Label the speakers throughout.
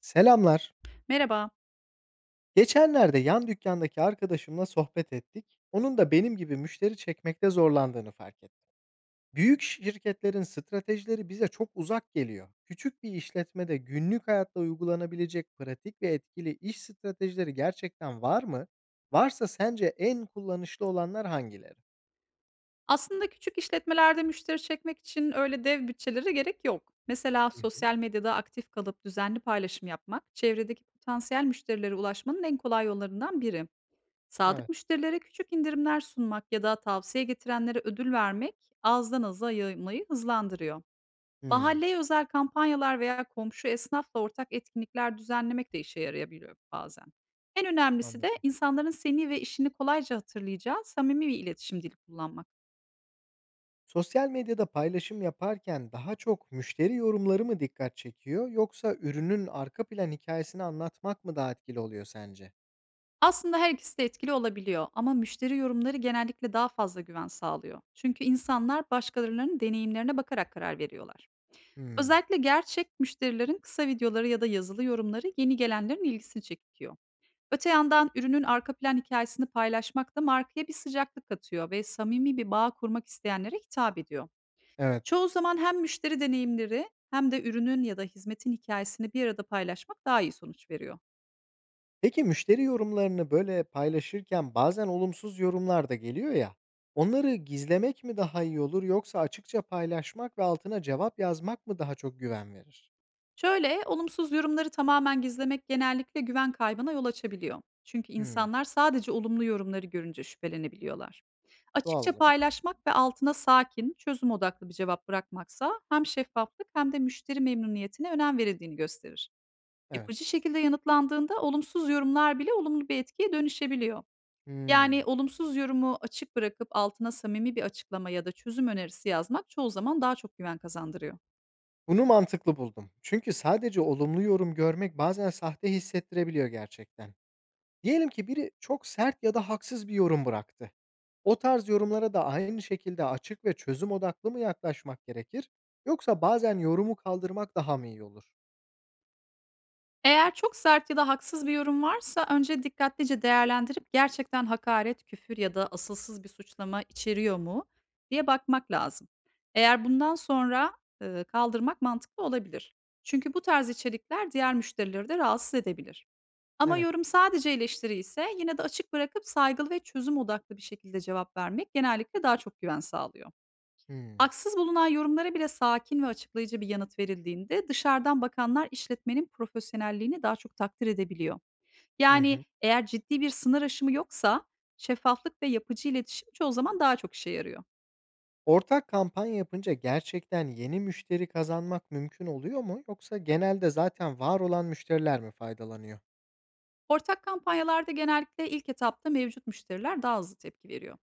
Speaker 1: Selamlar.
Speaker 2: Merhaba.
Speaker 1: Geçenlerde yan dükkandaki arkadaşımla sohbet ettik. Onun da benim gibi müşteri çekmekte zorlandığını fark ettim. Büyük şirketlerin stratejileri bize çok uzak geliyor. Küçük bir işletmede günlük hayatta uygulanabilecek pratik ve etkili iş stratejileri gerçekten var mı? Varsa sence en kullanışlı olanlar hangileri?
Speaker 2: Aslında küçük işletmelerde müşteri çekmek için öyle dev bütçelere gerek yok. Mesela
Speaker 1: Hı hı.
Speaker 2: sosyal medyada aktif kalıp düzenli paylaşım yapmak, çevredeki potansiyel müşterilere ulaşmanın en kolay yollarından biri. Sadık
Speaker 1: Evet.
Speaker 2: müşterilere küçük indirimler sunmak ya da tavsiye getirenlere ödül vermek azdan aza yayılmayı hızlandırıyor.
Speaker 1: Hmm,
Speaker 2: Mahalleye özel kampanyalar veya komşu esnafla ortak etkinlikler düzenlemek de işe yarayabiliyor bazen. En önemlisi de
Speaker 1: anladım.
Speaker 2: insanların seni ve işini kolayca hatırlayacağı samimi bir iletişim dili kullanmak.
Speaker 1: Sosyal medyada paylaşım yaparken daha çok müşteri yorumları mı dikkat çekiyor yoksa ürünün arka plan hikayesini anlatmak mı daha etkili oluyor sence?
Speaker 2: Aslında her ikisi de etkili olabiliyor ama müşteri yorumları genellikle daha fazla güven sağlıyor. Çünkü insanlar başkalarının deneyimlerine bakarak karar veriyorlar.
Speaker 1: Hımm,
Speaker 2: Özellikle gerçek müşterilerin kısa videoları ya da yazılı yorumları yeni gelenlerin ilgisini çekiyor. Öte yandan ürünün arka plan hikayesini paylaşmak da markaya bir sıcaklık katıyor ve samimi bir bağ kurmak isteyenlere hitap ediyor.
Speaker 1: evet.
Speaker 2: Çoğu zaman hem müşteri deneyimleri hem de ürünün ya da hizmetin hikayesini bir arada paylaşmak daha iyi sonuç veriyor.
Speaker 1: Peki müşteri yorumlarını, böyle, paylaşırken bazen olumsuz yorumlar da geliyor ya, onları gizlemek mi daha iyi olur yoksa açıkça paylaşmak ve altına cevap yazmak mı daha çok güven verir?
Speaker 2: Şöyle, olumsuz yorumları tamamen gizlemek genellikle güven kaybına yol açabiliyor. Çünkü
Speaker 1: Hımm,
Speaker 2: insanlar sadece olumlu yorumları görünce şüphelenebiliyorlar.
Speaker 1: doğal
Speaker 2: Açıkça
Speaker 1: olarak
Speaker 2: paylaşmak ve altına sakin, çözüm odaklı bir cevap bırakmaksa hem şeffaflık hem de müşteri memnuniyetine önem verildiğini gösterir.
Speaker 1: evet.
Speaker 2: Yapıcı şekilde yanıtlandığında olumsuz yorumlar bile olumlu bir etkiye dönüşebiliyor. Yani
Speaker 1: Hımm.
Speaker 2: olumsuz yorumu açık bırakıp altına samimi bir açıklama ya da çözüm önerisi yazmak çoğu zaman daha çok güven kazandırıyor.
Speaker 1: Bunu mantıklı buldum. Çünkü sadece olumlu yorum görmek bazen sahte hissettirebiliyor gerçekten. Diyelim ki biri çok sert ya da haksız bir yorum bıraktı. O tarz yorumlara da aynı şekilde açık ve çözüm odaklı mı yaklaşmak gerekir? Yoksa bazen yorumu kaldırmak daha mı iyi olur?
Speaker 2: Eğer çok sert ya da haksız bir yorum varsa önce dikkatlice değerlendirip gerçekten hakaret, küfür ya da asılsız bir suçlama içeriyor mu diye bakmak lazım. Eğer bundan sonra kaldırmak mantıklı olabilir. Çünkü bu tarz içerikler diğer müşterileri de rahatsız edebilir. Ama
Speaker 1: Evet.
Speaker 2: yorum sadece eleştiri ise yine de açık bırakıp saygılı ve çözüm odaklı bir şekilde cevap vermek genellikle daha çok güven sağlıyor.
Speaker 1: Hmm.
Speaker 2: Haksız bulunan yorumlara bile sakin ve açıklayıcı bir yanıt verildiğinde dışarıdan bakanlar işletmenin profesyonelliğini daha çok takdir edebiliyor.
Speaker 1: Hı
Speaker 2: Yani
Speaker 1: hı.
Speaker 2: eğer ciddi bir sınır aşımı yoksa şeffaflık ve yapıcı iletişim çoğu zaman daha çok işe yarıyor.
Speaker 1: Ortak kampanya yapınca gerçekten yeni müşteri kazanmak mümkün oluyor mu? Yoksa genelde zaten var olan müşteriler mi faydalanıyor?
Speaker 2: Ortak kampanyalarda genellikle ilk etapta mevcut müşteriler daha hızlı tepki veriyor.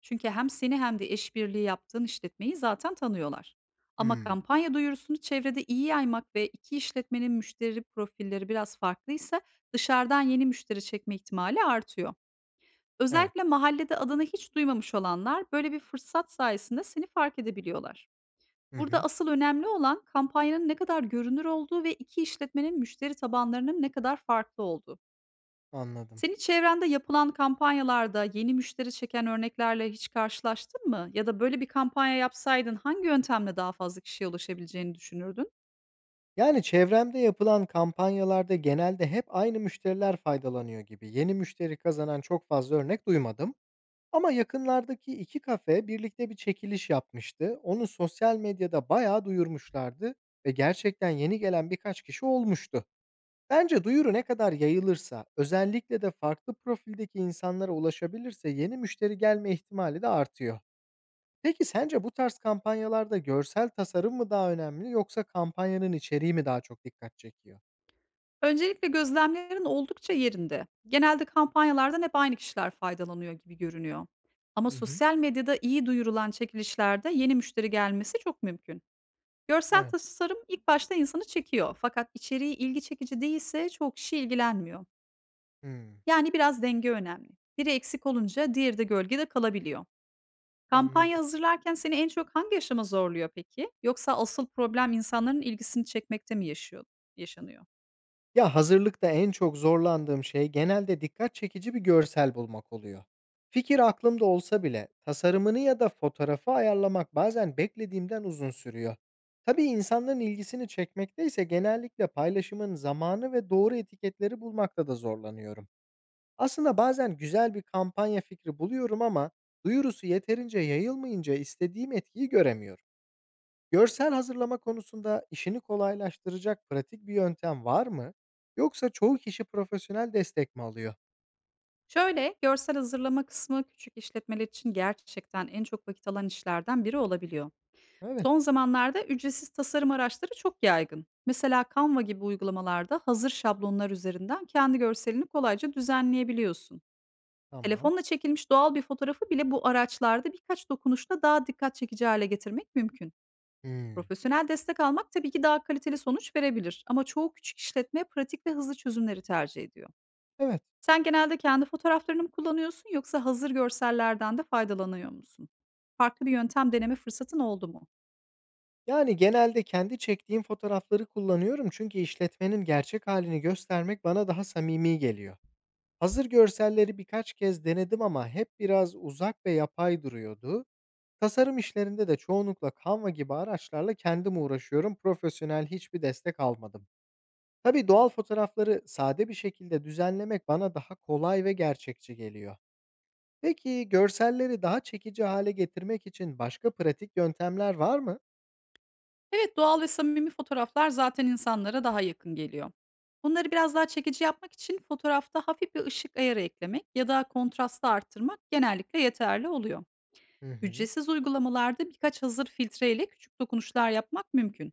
Speaker 2: Çünkü hem seni hem de işbirliği yaptığın işletmeyi zaten tanıyorlar. Ama
Speaker 1: Hmm.
Speaker 2: kampanya duyurusunu çevrede iyi yaymak ve iki işletmenin müşteri profilleri biraz farklıysa dışarıdan yeni müşteri çekme ihtimali artıyor.
Speaker 1: Evet.
Speaker 2: Özellikle mahallede adını hiç duymamış olanlar böyle bir fırsat sayesinde seni fark edebiliyorlar.
Speaker 1: Hı
Speaker 2: Burada
Speaker 1: hı.
Speaker 2: asıl önemli olan kampanyanın ne kadar görünür olduğu ve iki işletmenin müşteri tabanlarının ne kadar farklı olduğu.
Speaker 1: Anladım.
Speaker 2: Senin çevrende yapılan kampanyalarda yeni müşteri çeken örneklerle hiç karşılaştın mı? Ya da böyle bir kampanya yapsaydın hangi yöntemle daha fazla kişiye ulaşabileceğini düşünürdün?
Speaker 1: Yani çevremde yapılan kampanyalarda genelde hep aynı müşteriler faydalanıyor gibi. Yeni müşteri kazanan çok fazla örnek duymadım. Ama yakınlardaki 2 kafe birlikte bir çekiliş yapmıştı. Onu sosyal medyada bayağı duyurmuşlardı ve gerçekten yeni gelen birkaç kişi olmuştu. Bence duyuru ne kadar yayılırsa, özellikle de farklı profildeki insanlara ulaşabilirse yeni müşteri gelme ihtimali de artıyor. Peki sence bu tarz kampanyalarda görsel tasarım mı daha önemli yoksa kampanyanın içeriği mi daha çok dikkat çekiyor?
Speaker 2: Öncelikle gözlemlerin oldukça yerinde. Genelde kampanyalardan hep aynı kişiler faydalanıyor gibi görünüyor. Ama
Speaker 1: Hı hı.
Speaker 2: sosyal medyada iyi duyurulan çekilişlerde yeni müşteri gelmesi çok mümkün. Görsel
Speaker 1: Evet.
Speaker 2: tasarım ilk başta insanı çekiyor fakat içeriği ilgi çekici değilse çok kişi ilgilenmiyor.
Speaker 1: Hımm.
Speaker 2: Yani biraz denge önemli. Biri eksik olunca diğeri de gölgede kalabiliyor. Kampanya
Speaker 1: Anladım.
Speaker 2: hazırlarken seni en çok hangi aşama zorluyor peki? Yoksa asıl problem insanların ilgisini çekmekte mi yaşıyor, yaşanıyor?
Speaker 1: Ya, hazırlıkta en çok zorlandığım şey genelde dikkat çekici bir görsel bulmak oluyor. Fikir aklımda olsa bile tasarımını ya da fotoğrafı ayarlamak bazen beklediğimden uzun sürüyor. Tabii insanların ilgisini çekmekte ise genellikle paylaşımın zamanı ve doğru etiketleri bulmakta da zorlanıyorum. Aslında bazen güzel bir kampanya fikri buluyorum ama duyurusu yeterince yayılmayınca istediğim etkiyi göremiyorum. Görsel hazırlama konusunda işini kolaylaştıracak pratik bir yöntem var mı? Yoksa çoğu kişi profesyonel destek mi alıyor?
Speaker 2: Şöyle, görsel hazırlama kısmı küçük işletmeler için gerçekten en çok vakit alan işlerden biri olabiliyor.
Speaker 1: Evet,
Speaker 2: Son zamanlarda ücretsiz tasarım araçları çok yaygın. Mesela Canva gibi uygulamalarda hazır şablonlar üzerinden kendi görselini kolayca düzenleyebiliyorsun.
Speaker 1: tamam.
Speaker 2: Telefonla çekilmiş doğal bir fotoğrafı bile bu araçlarda birkaç dokunuşla daha dikkat çekici hale getirmek mümkün.
Speaker 1: Hmm,
Speaker 2: Profesyonel destek almak tabii ki daha kaliteli sonuç verebilir ama çoğu küçük işletme pratik ve hızlı çözümleri tercih ediyor.
Speaker 1: evet.
Speaker 2: Sen genelde kendi fotoğraflarını mı kullanıyorsun yoksa hazır görsellerden de faydalanıyor musun? Farklı bir yöntem deneme fırsatın oldu mu?
Speaker 1: Yani genelde kendi çektiğim fotoğrafları kullanıyorum çünkü işletmenin gerçek halini göstermek bana daha samimi geliyor. Hazır görselleri birkaç kez denedim ama hep biraz uzak ve yapay duruyordu. Tasarım işlerinde de çoğunlukla Canva gibi araçlarla kendim uğraşıyorum. Profesyonel hiçbir destek almadım. Tabii doğal fotoğrafları sade bir şekilde düzenlemek bana daha kolay ve gerçekçi geliyor. Peki görselleri daha çekici hale getirmek için başka pratik yöntemler var mı?
Speaker 2: Evet, doğal ve samimi fotoğraflar zaten insanlara daha yakın geliyor. Bunları biraz daha çekici yapmak için fotoğrafta hafif bir ışık ayarı eklemek ya da kontrastı arttırmak genellikle yeterli oluyor.
Speaker 1: Hı hı.
Speaker 2: Ücretsiz uygulamalarda birkaç hazır filtreyle küçük dokunuşlar yapmak mümkün.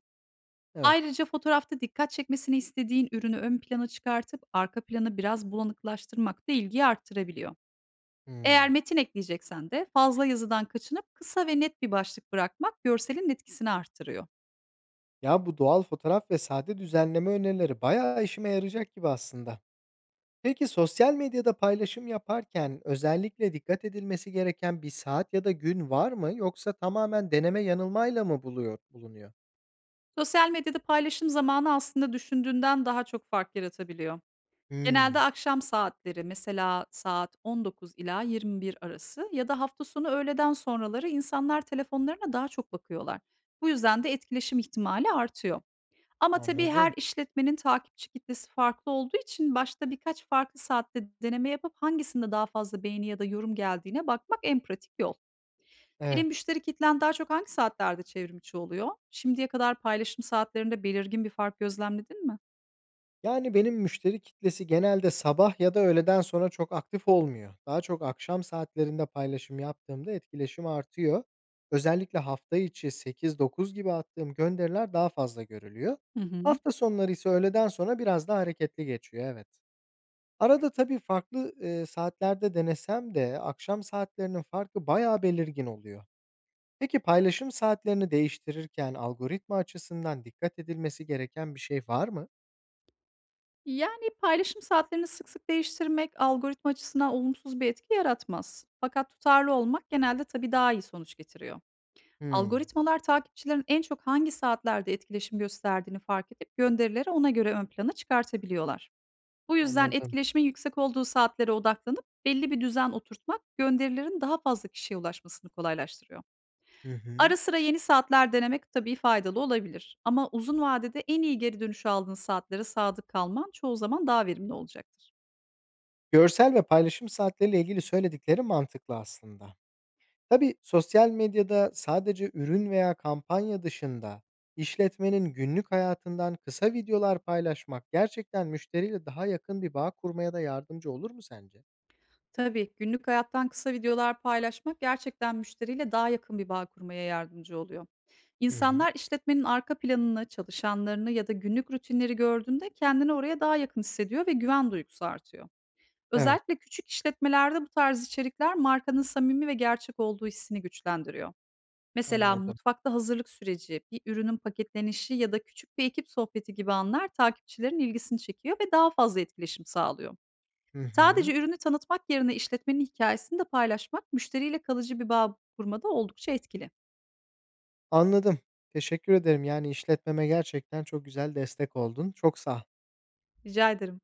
Speaker 1: Evet.
Speaker 2: Ayrıca fotoğrafta dikkat çekmesini istediğin ürünü ön plana çıkartıp arka planı biraz bulanıklaştırmak da ilgiyi arttırabiliyor. Eğer
Speaker 1: Hmm.
Speaker 2: metin ekleyeceksen de fazla yazıdan kaçınıp kısa ve net bir başlık bırakmak görselin etkisini artırıyor.
Speaker 1: Ya bu doğal fotoğraf ve sade düzenleme önerileri bayağı işime yarayacak gibi aslında. Peki sosyal medyada paylaşım yaparken özellikle dikkat edilmesi gereken bir saat ya da gün var mı yoksa tamamen deneme yanılmayla mı bulunuyor?
Speaker 2: Sosyal medyada paylaşım zamanı aslında düşündüğünden daha çok fark yaratabiliyor. Genelde
Speaker 1: Hmm,
Speaker 2: akşam saatleri, mesela saat 19 ila 21 arası ya da hafta sonu öğleden sonraları, insanlar telefonlarına daha çok bakıyorlar. Bu yüzden de etkileşim ihtimali artıyor. Ama tabii her
Speaker 1: anladım.
Speaker 2: işletmenin takipçi kitlesi farklı olduğu için başta birkaç farklı saatte deneme yapıp hangisinde daha fazla beğeni ya da yorum geldiğine bakmak en pratik yol. Senin
Speaker 1: Evet.
Speaker 2: müşteri kitlen daha çok hangi saatlerde çevrim içi oluyor? Şimdiye kadar paylaşım saatlerinde belirgin bir fark gözlemledin mi?
Speaker 1: Yani, benim müşteri kitlesi genelde sabah ya da öğleden sonra çok aktif olmuyor. Daha çok akşam saatlerinde paylaşım yaptığımda etkileşim artıyor. Özellikle hafta içi 8-9 gibi attığım gönderiler daha fazla görülüyor.
Speaker 2: Hı hı.
Speaker 1: Hafta sonları ise öğleden sonra biraz daha hareketli geçiyor, evet. Arada tabii farklı saatlerde denesem de akşam saatlerinin farkı bayağı belirgin oluyor. Peki paylaşım saatlerini değiştirirken algoritma açısından dikkat edilmesi gereken bir şey var mı?
Speaker 2: Yani paylaşım saatlerini sık sık değiştirmek algoritma açısından olumsuz bir etki yaratmaz. Fakat tutarlı olmak genelde tabii daha iyi sonuç getiriyor.
Speaker 1: Hımm,
Speaker 2: Algoritmalar takipçilerin en çok hangi saatlerde etkileşim gösterdiğini fark edip gönderileri ona göre ön plana çıkartabiliyorlar. Bu yüzden
Speaker 1: anladım.
Speaker 2: etkileşimin yüksek olduğu saatlere odaklanıp belli bir düzen oturtmak gönderilerin daha fazla kişiye ulaşmasını kolaylaştırıyor.
Speaker 1: Hı hı.
Speaker 2: Ara sıra yeni saatler denemek tabii faydalı olabilir ama uzun vadede en iyi geri dönüşü aldığın saatlere sadık kalman çoğu zaman daha verimli olacaktır.
Speaker 1: Görsel ve paylaşım saatleriyle ilgili söyledikleri mantıklı aslında. Tabii sosyal medyada sadece ürün veya kampanya dışında işletmenin günlük hayatından kısa videolar paylaşmak gerçekten müşteriyle daha yakın bir bağ kurmaya da yardımcı olur mu sence?
Speaker 2: Tabii günlük hayattan kısa videolar paylaşmak gerçekten müşteriyle daha yakın bir bağ kurmaya yardımcı oluyor.
Speaker 1: Hı hı.
Speaker 2: İnsanlar işletmenin arka planını, çalışanlarını ya da günlük rutinleri gördüğünde kendini oraya daha yakın hissediyor ve güven duygusu artıyor.
Speaker 1: Evet,
Speaker 2: Özellikle küçük işletmelerde bu tarz içerikler markanın samimi ve gerçek olduğu hissini güçlendiriyor. Mesela
Speaker 1: anladım.
Speaker 2: mutfakta hazırlık süreci, bir ürünün paketlenişi ya da küçük bir ekip sohbeti gibi anlar takipçilerin ilgisini çekiyor ve daha fazla etkileşim sağlıyor.
Speaker 1: Hı
Speaker 2: Sadece
Speaker 1: hı.
Speaker 2: ürünü tanıtmak yerine işletmenin hikayesini de paylaşmak müşteriyle kalıcı bir bağ kurmada oldukça etkili.
Speaker 1: Anladım. Teşekkür ederim. Yani işletmeme gerçekten çok güzel destek oldun. Çok sağ ol.
Speaker 2: Rica ederim.